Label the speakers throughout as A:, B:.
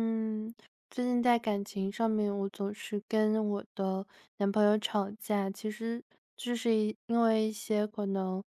A: 嗯，最近在感情上面，我总是跟我的男朋友吵架，其实就是因为一些可能，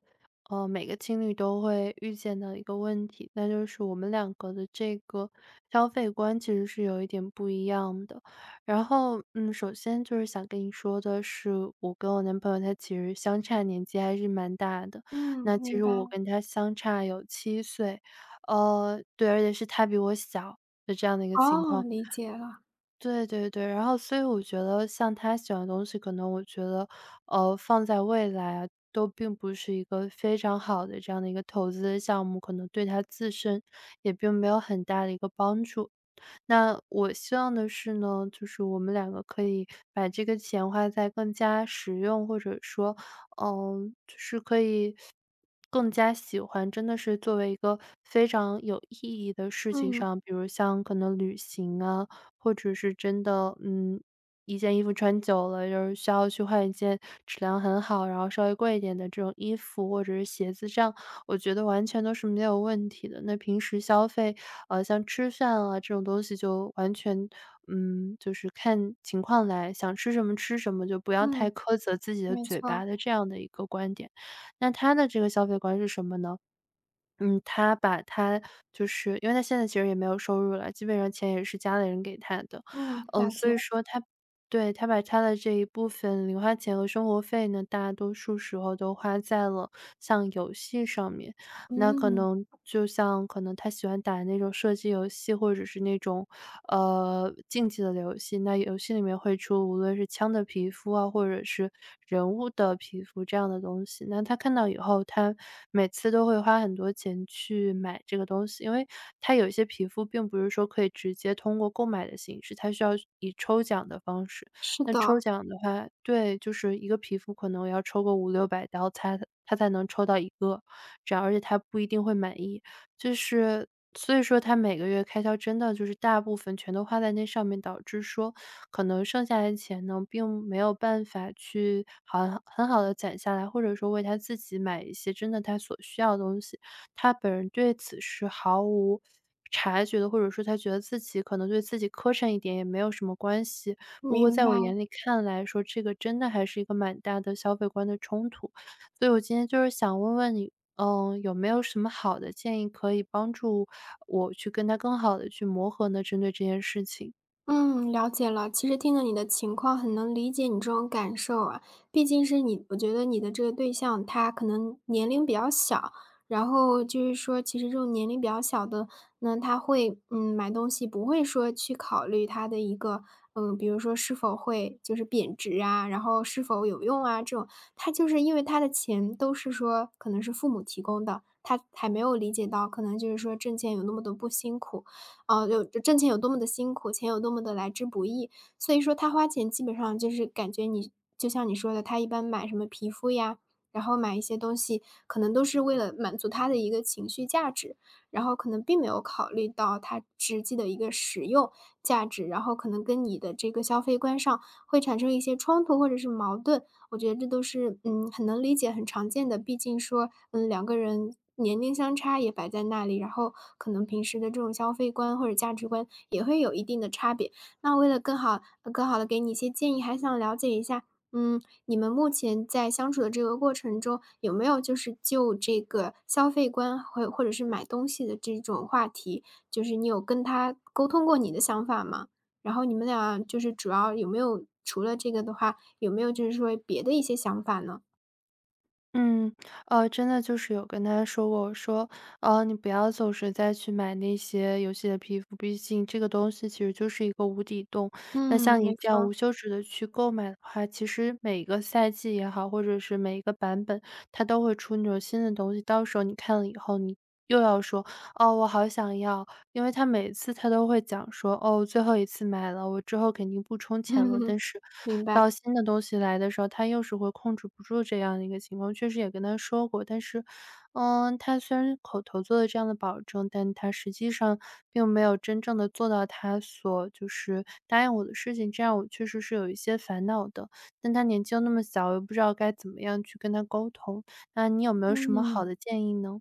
A: 每个情侣都会遇见的一个问题，那就是我们两个的这个消费观其实是有一点不一样的。然后，首先就是想跟你说的是，我跟我男朋友他其实相差年纪还是蛮大的，
B: 嗯，
A: 那其
B: 明
A: 实我
B: 白。
A: 跟他相差有七岁，对，而且是他比我小。的这样的一个情
B: 哦，
A: 况。
B: 理解了。
A: 对对对，然后所以我觉得像他喜欢的东西，可能我觉得，放在未来啊，都并不是一个非常好的这样的一个投资的项目，可能对他自身也并没有很大的一个帮助。那我希望的是呢，就是我们两个可以把这个钱花在更加实用，或者说，就是可以更加喜欢，真的是作为一个非常有意义的事情
B: 嗯，
A: 上，比如像可能旅行啊，或者是真的，一件衣服穿久了，就是需要去换一件质量很好，然后稍微贵一点的这种衣服或者是鞋子，这样我觉得完全都是没有问题的。那平时消费，像吃饭啊这种东西就完全，就是看情况来，想吃什么吃什么，就不要太
B: 嗯，
A: 苛责自己的
B: 没
A: 嘴巴
B: 错。
A: 的这样的一个观点。那他的这个消费观是什么呢？嗯，他把他就是因为他现在其实也没有收入了，基本上钱也是家里人给他的。
B: 嗯，
A: 嗯，
B: 了
A: 所
B: 解。
A: 以说对，他把他的这一部分零花钱和生活费呢，大多数时候都花在了像游戏上面。那可
B: 嗯，
A: 能就像可能他喜欢打那种射击游戏，或者是那种竞技的游戏，那游戏里面会出无论是枪的皮肤啊，或者是人物的皮肤这样的东西。那他看到以后，他每次都会花很多钱去买这个东西，因为他有一些皮肤并不是说可以直接通过购买的形式，他需要以抽奖的方式。
B: 是
A: 那抽
B: 的。
A: 奖的话对，就是一个皮肤可能要抽个五六百刀，他才能抽到一个，这样而且他不一定会满意。就是所以说他每个月开销真的就是大部分全都花在那上面，导致说可能剩下来的钱呢，并没有办法去很好的攒下来，或者说为他自己买一些真的他所需要的东西。他本人对此是毫无察觉的，或者说他觉得自己可能对自己磕碜一点也没有什么关系。不过
B: 明
A: 在
B: 白。
A: 我眼里看来说，这个真的还是一个蛮大的消费观的冲突。所以我今天就是想问问你有没有什么好的建议可以帮助我去跟他更好的去磨合呢？针对这件事情。
B: 嗯，了解了。其实听了你的情况，很能理解你这种感受啊。毕竟是你，我觉得你的这个对象，他可能年龄比较小，然后就是说，其实这种年龄比较小的，那他会买东西不会说去考虑他的一个比如说是否会就是贬值啊，然后是否有用啊这种。他就是因为他的钱都是说可能是父母提供的，他还没有理解到可能就是说挣钱有那么多不辛苦。有挣钱有多么的辛苦，钱有多么的来之不易。所以说他花钱基本上就是感觉你就像你说的，他一般买什么皮肤呀，然后买一些东西，可能都是为了满足他的一个情绪价值，然后可能并没有考虑到他实际的一个使用价值，然后可能跟你的这个消费观上会产生一些冲突或者是矛盾。我觉得这都是，很能理解、很常见的。毕竟说，两个人年龄相差也摆在那里，然后可能平时的这种消费观或者价值观也会有一定的差别。那为了更好的给你一些建议，还想了解一下，你们目前在相处的这个过程中，有没有就是就这个消费观或者是买东西的这种话题，就是你有跟他沟通过你的想法吗？然后你们俩就是主要有没有除了这个的话，有没有就是说别的一些想法呢？
A: 嗯，真的就是有跟他说过，我说，你不要总是再去买那些游戏的皮肤，毕竟这个东西其实就是一个无底洞。那
B: 嗯，
A: 像你
B: 没
A: 这样
B: 错。
A: 无休止的去购买的话，其实每一个赛季也好，或者是每一个版本，它都会出那种新的东西，到时候你看了以后，你又要说，哦，我好想要。因为他每次都会讲说：“哦，最后一次买了，我之后肯定不充 钱了。”但
B: 嗯，
A: 是
B: 明白。
A: 到新的东西来的时候，他又是会控制不住这样的一个情况，确实也跟他说过，但是，他虽然口头做了这样的保证，但他实际上并没有真正的做到他所就是答应我的事情，这样我确实是有一些烦恼的。但他年纪又那么小，我又不知道该怎么样去跟他沟通，那你有没有什么好
B: 嗯。
A: 的建议呢？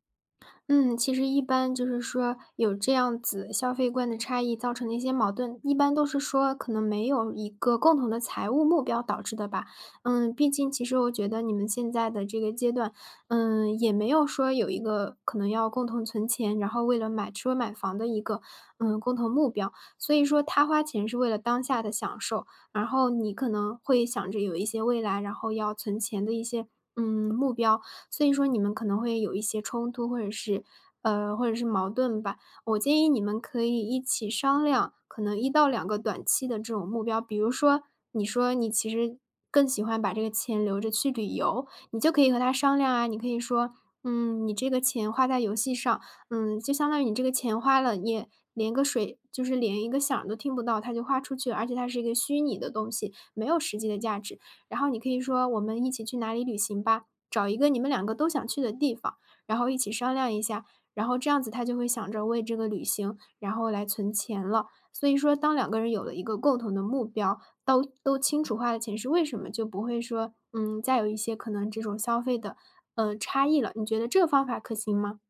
B: 嗯，其实一般就是说有这样子消费观的差异造成的一些矛盾，一般都是说可能没有一个共同的财务目标导致的吧。毕竟其实我觉得你们现在的这个阶段，也没有说有一个可能要共同存钱，然后为了买车买房的一个共同目标，所以说他花钱是为了当下的享受，然后你可能会想着有一些未来，然后要存钱的一些目标，所以说你们可能会有一些冲突，或者是或者是矛盾吧。我建议你们可以一起商量，可能一到两个短期的这种目标，比如说你说你其实更喜欢把这个钱留着去旅游，你就可以和他商量啊，你可以说：你这个钱花在游戏上，就相当于你这个钱花了，你也连个水就是连一个响儿都听不到，它就花出去了，而且它是一个虚拟的东西，没有实际的价值。”然后你可以说：“我们一起去哪里旅行吧？”找一个你们两个都想去的地方，然后一起商量一下，然后这样子他就会想着为这个旅行，然后来存钱了。所以说，当两个人有了一个共同的目标，都清楚花的钱是为什么，就不会说，再有一些可能这种消费的，差异了。你觉得这个方法可行吗？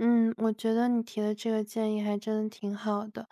A: 嗯，我觉得你提的这个建议还真的挺好的，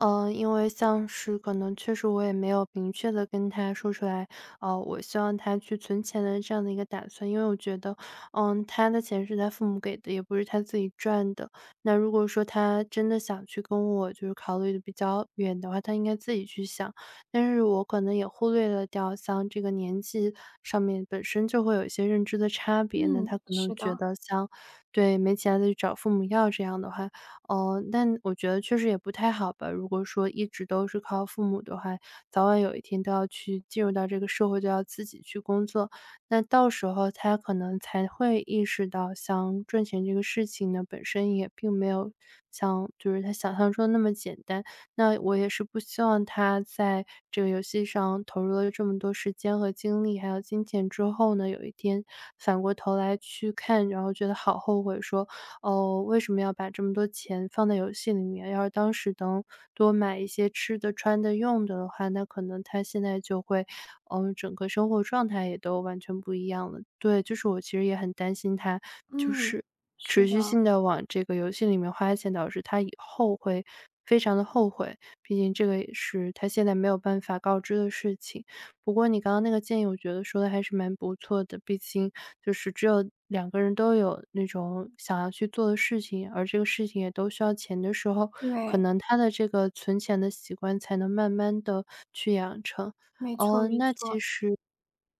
A: 因为像是可能确实我也没有明确的跟他说出来，哦，我希望他去存钱的这样的一个打算，因为我觉得，他的钱是他父母给的，也不是他自己赚的。那如果说他真的想去跟我就是考虑的比较远的话，他应该自己去想，但是我可能也忽略了掉像这个年纪上面本身就会有一些认知的差别，那他
B: 嗯，
A: 可能
B: 是
A: 觉
B: 的。
A: 得像对，没钱再去找父母要这样的话，但我觉得确实也不太好吧。如果说一直都是靠父母的话，早晚有一天都要去进入到这个社会，都要自己去工作。那到时候他可能才会意识到，像赚钱这个事情呢，本身也并没有像就是他想象中那么简单。那我也是不希望他在这个游戏上投入了这么多时间和精力，还有金钱之后呢，有一天反过头来去看，然后觉得好后悔说，哦，为什么要把这么多钱放在游戏里面？要是当时能多买一些吃的、穿的、用的的话，那可能他现在就会，整个生活状态也都完全不一样了。对，就是我其实也很担心他，就
B: 嗯，
A: 是
B: 是
A: 持续
B: 的。
A: 性的往这个游戏里面花钱，导致他以后会非常的后悔，毕竟这个也是他现在没有办法告知的事情。不过你刚刚那个建议，我觉得说的还是蛮不错的，毕竟就是只有两个人都有那种想要去做的事情，而这个事情也都需要钱的时候，可
B: 对，
A: 能他的这个存钱的习惯才能慢慢的去养成。
B: 没错
A: 哦，
B: 没
A: 那其
B: 错。
A: 实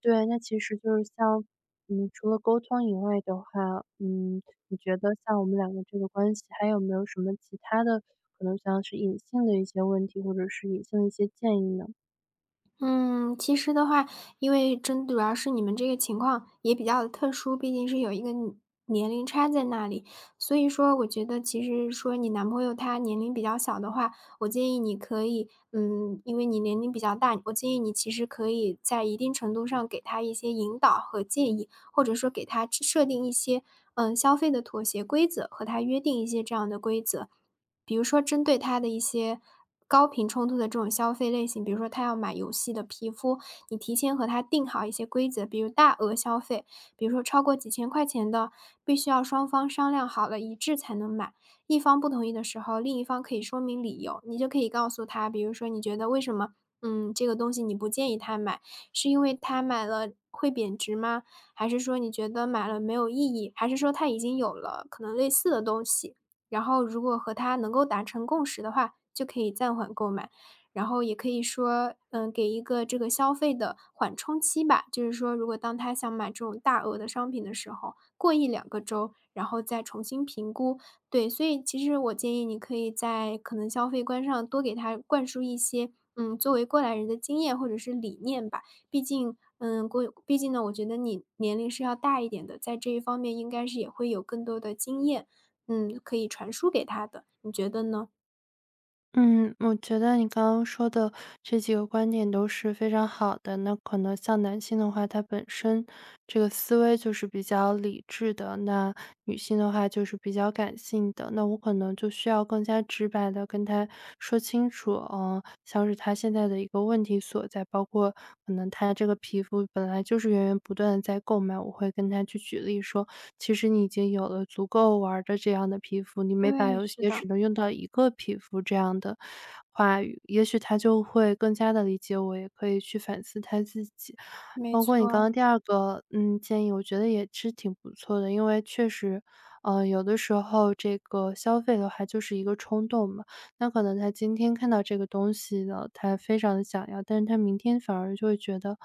A: 对，那其实就是像，除了沟通以外的话，嗯，你觉得像我们两个这个关系，还有没有什么其他的可能像是隐性的一些问题，或者是隐性的一些建议呢？
B: 嗯，其实的话，因为真主要是你们这个情况也比较特殊，毕竟是有一个年龄差在那里，所以说我觉得其实说你男朋友他年龄比较小的话，我建议你可以，因为你年龄比较大，我建议你其实可以在一定程度上给他一些引导和建议，或者说给他设定一些，消费的妥协规则，和他约定一些这样的规则。比如说针对他的一些高频冲突的这种消费类型，比如说他要买游戏的皮肤，你提前和他定好一些规则，比如大额消费，比如说超过几千块钱的，必须要双方商量好了一致才能买。一方不同意的时候，另一方可以说明理由，你就可以告诉他，比如说你觉得为什么，这个东西你不建议他买，是因为他买了会贬值吗？还是说你觉得买了没有意义？还是说他已经有了可能类似的东西？然后如果和他能够达成共识的话，就可以暂缓购买。然后也可以说，给一个这个消费的缓冲期吧，就是说，如果当他想买这种大额的商品的时候，过一两个周，然后再重新评估。对，所以其实我建议你可以在可能消费观上多给他灌输一些，作为过来人的经验或者是理念吧。毕竟，毕竟呢，我觉得你年龄是要大一点的，在这一方面应该是也会有更多的经验。可以传输给他的，你觉得呢？
A: 嗯，我觉得你刚刚说的这几个观点都是非常好的。那可能像男性的话，他本身这个思维就是比较理智的，那女性的话就是比较感性的。那我可能就需要更加直白的跟她说清楚，像是她现在的一个问题所在，包括可能她这个皮肤本来就是源源不断的在购买，我会跟她去举例说，其实你已经有了足够玩儿的这样的皮肤，你每把
B: 对，
A: 游戏
B: 是
A: 也
B: 的。
A: 只能用到一个皮肤这样的话语，也许她就会更加的理解我，也可以去反思她自己。
B: 没
A: 包括你刚
B: 错。
A: 刚第二个，建议我觉得也是挺不错的，因为确实，有的时候这个消费的话就是一个冲动嘛，那可能他今天看到这个东西了，他非常的想要，但是他明天反而就会觉得，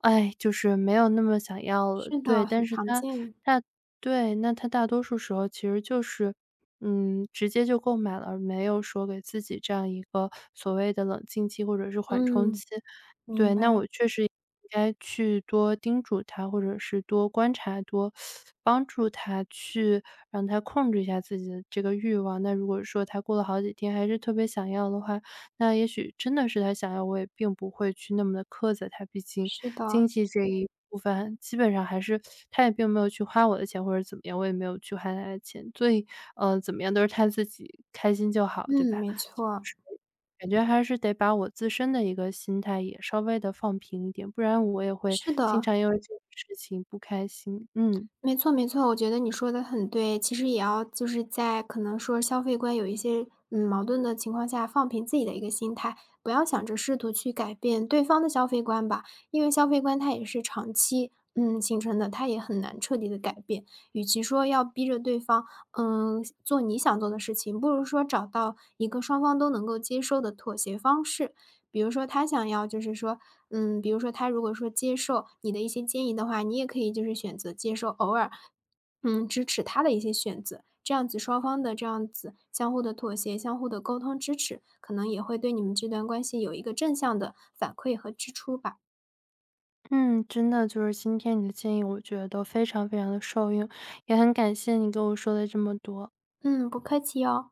A: 哎，就是没有那么想要了。
B: 是
A: 对，
B: 的，
A: 但
B: 很
A: 是
B: 常
A: 他
B: 见。
A: 大对，那他大多数时候其实就是，直接就购买了，而没有说给自己这样一个所谓的冷静期或者是缓冲
B: 嗯，
A: 期。
B: 明
A: 对，
B: 白。
A: 那我确实应该去多叮嘱他，或者是多观察、多帮助他去让他控制一下自己的这个欲望。那如果说他过了好几天还是特别想要的话，那也许真的是他想要，我也并不会去那么的苛责他。毕竟
B: 是
A: 经
B: 的。
A: 济这一部分基本上还是他也并没有去花我的钱或者怎么样，我也没有去花他的钱，所以，怎么样都是他自己开心就好，对
B: 嗯，
A: 吧？
B: 没错。
A: 感觉还是得把我自身的一个心态也稍微的放平一点，不然我也会
B: 是
A: 经
B: 的。
A: 常因为这个事情不开心。嗯，
B: 没错没错，我觉得你说的很对。其实也要就是在可能说消费观有一些，矛盾的情况下，放平自己的一个心态，不要想着试图去改变对方的消费观吧。因为消费观它也是长期，形成的，它也很难彻底的改变。与其说要逼着对方，做你想做的事情，不如说找到一个双方都能够接受的妥协方式。比如说他想要就是说，比如说他如果说接受你的一些建议的话，你也可以就是选择接受，偶尔，支持他的一些选择，这样子双方的这样子相互的妥协、相互的沟通支持，可能也会对你们这段关系有一个正向的反馈和支出吧。
A: 嗯，真的就是今天你的建议，我觉得都非常非常的受用，也很感谢你跟我说了这么多。
B: 嗯，不客气哦。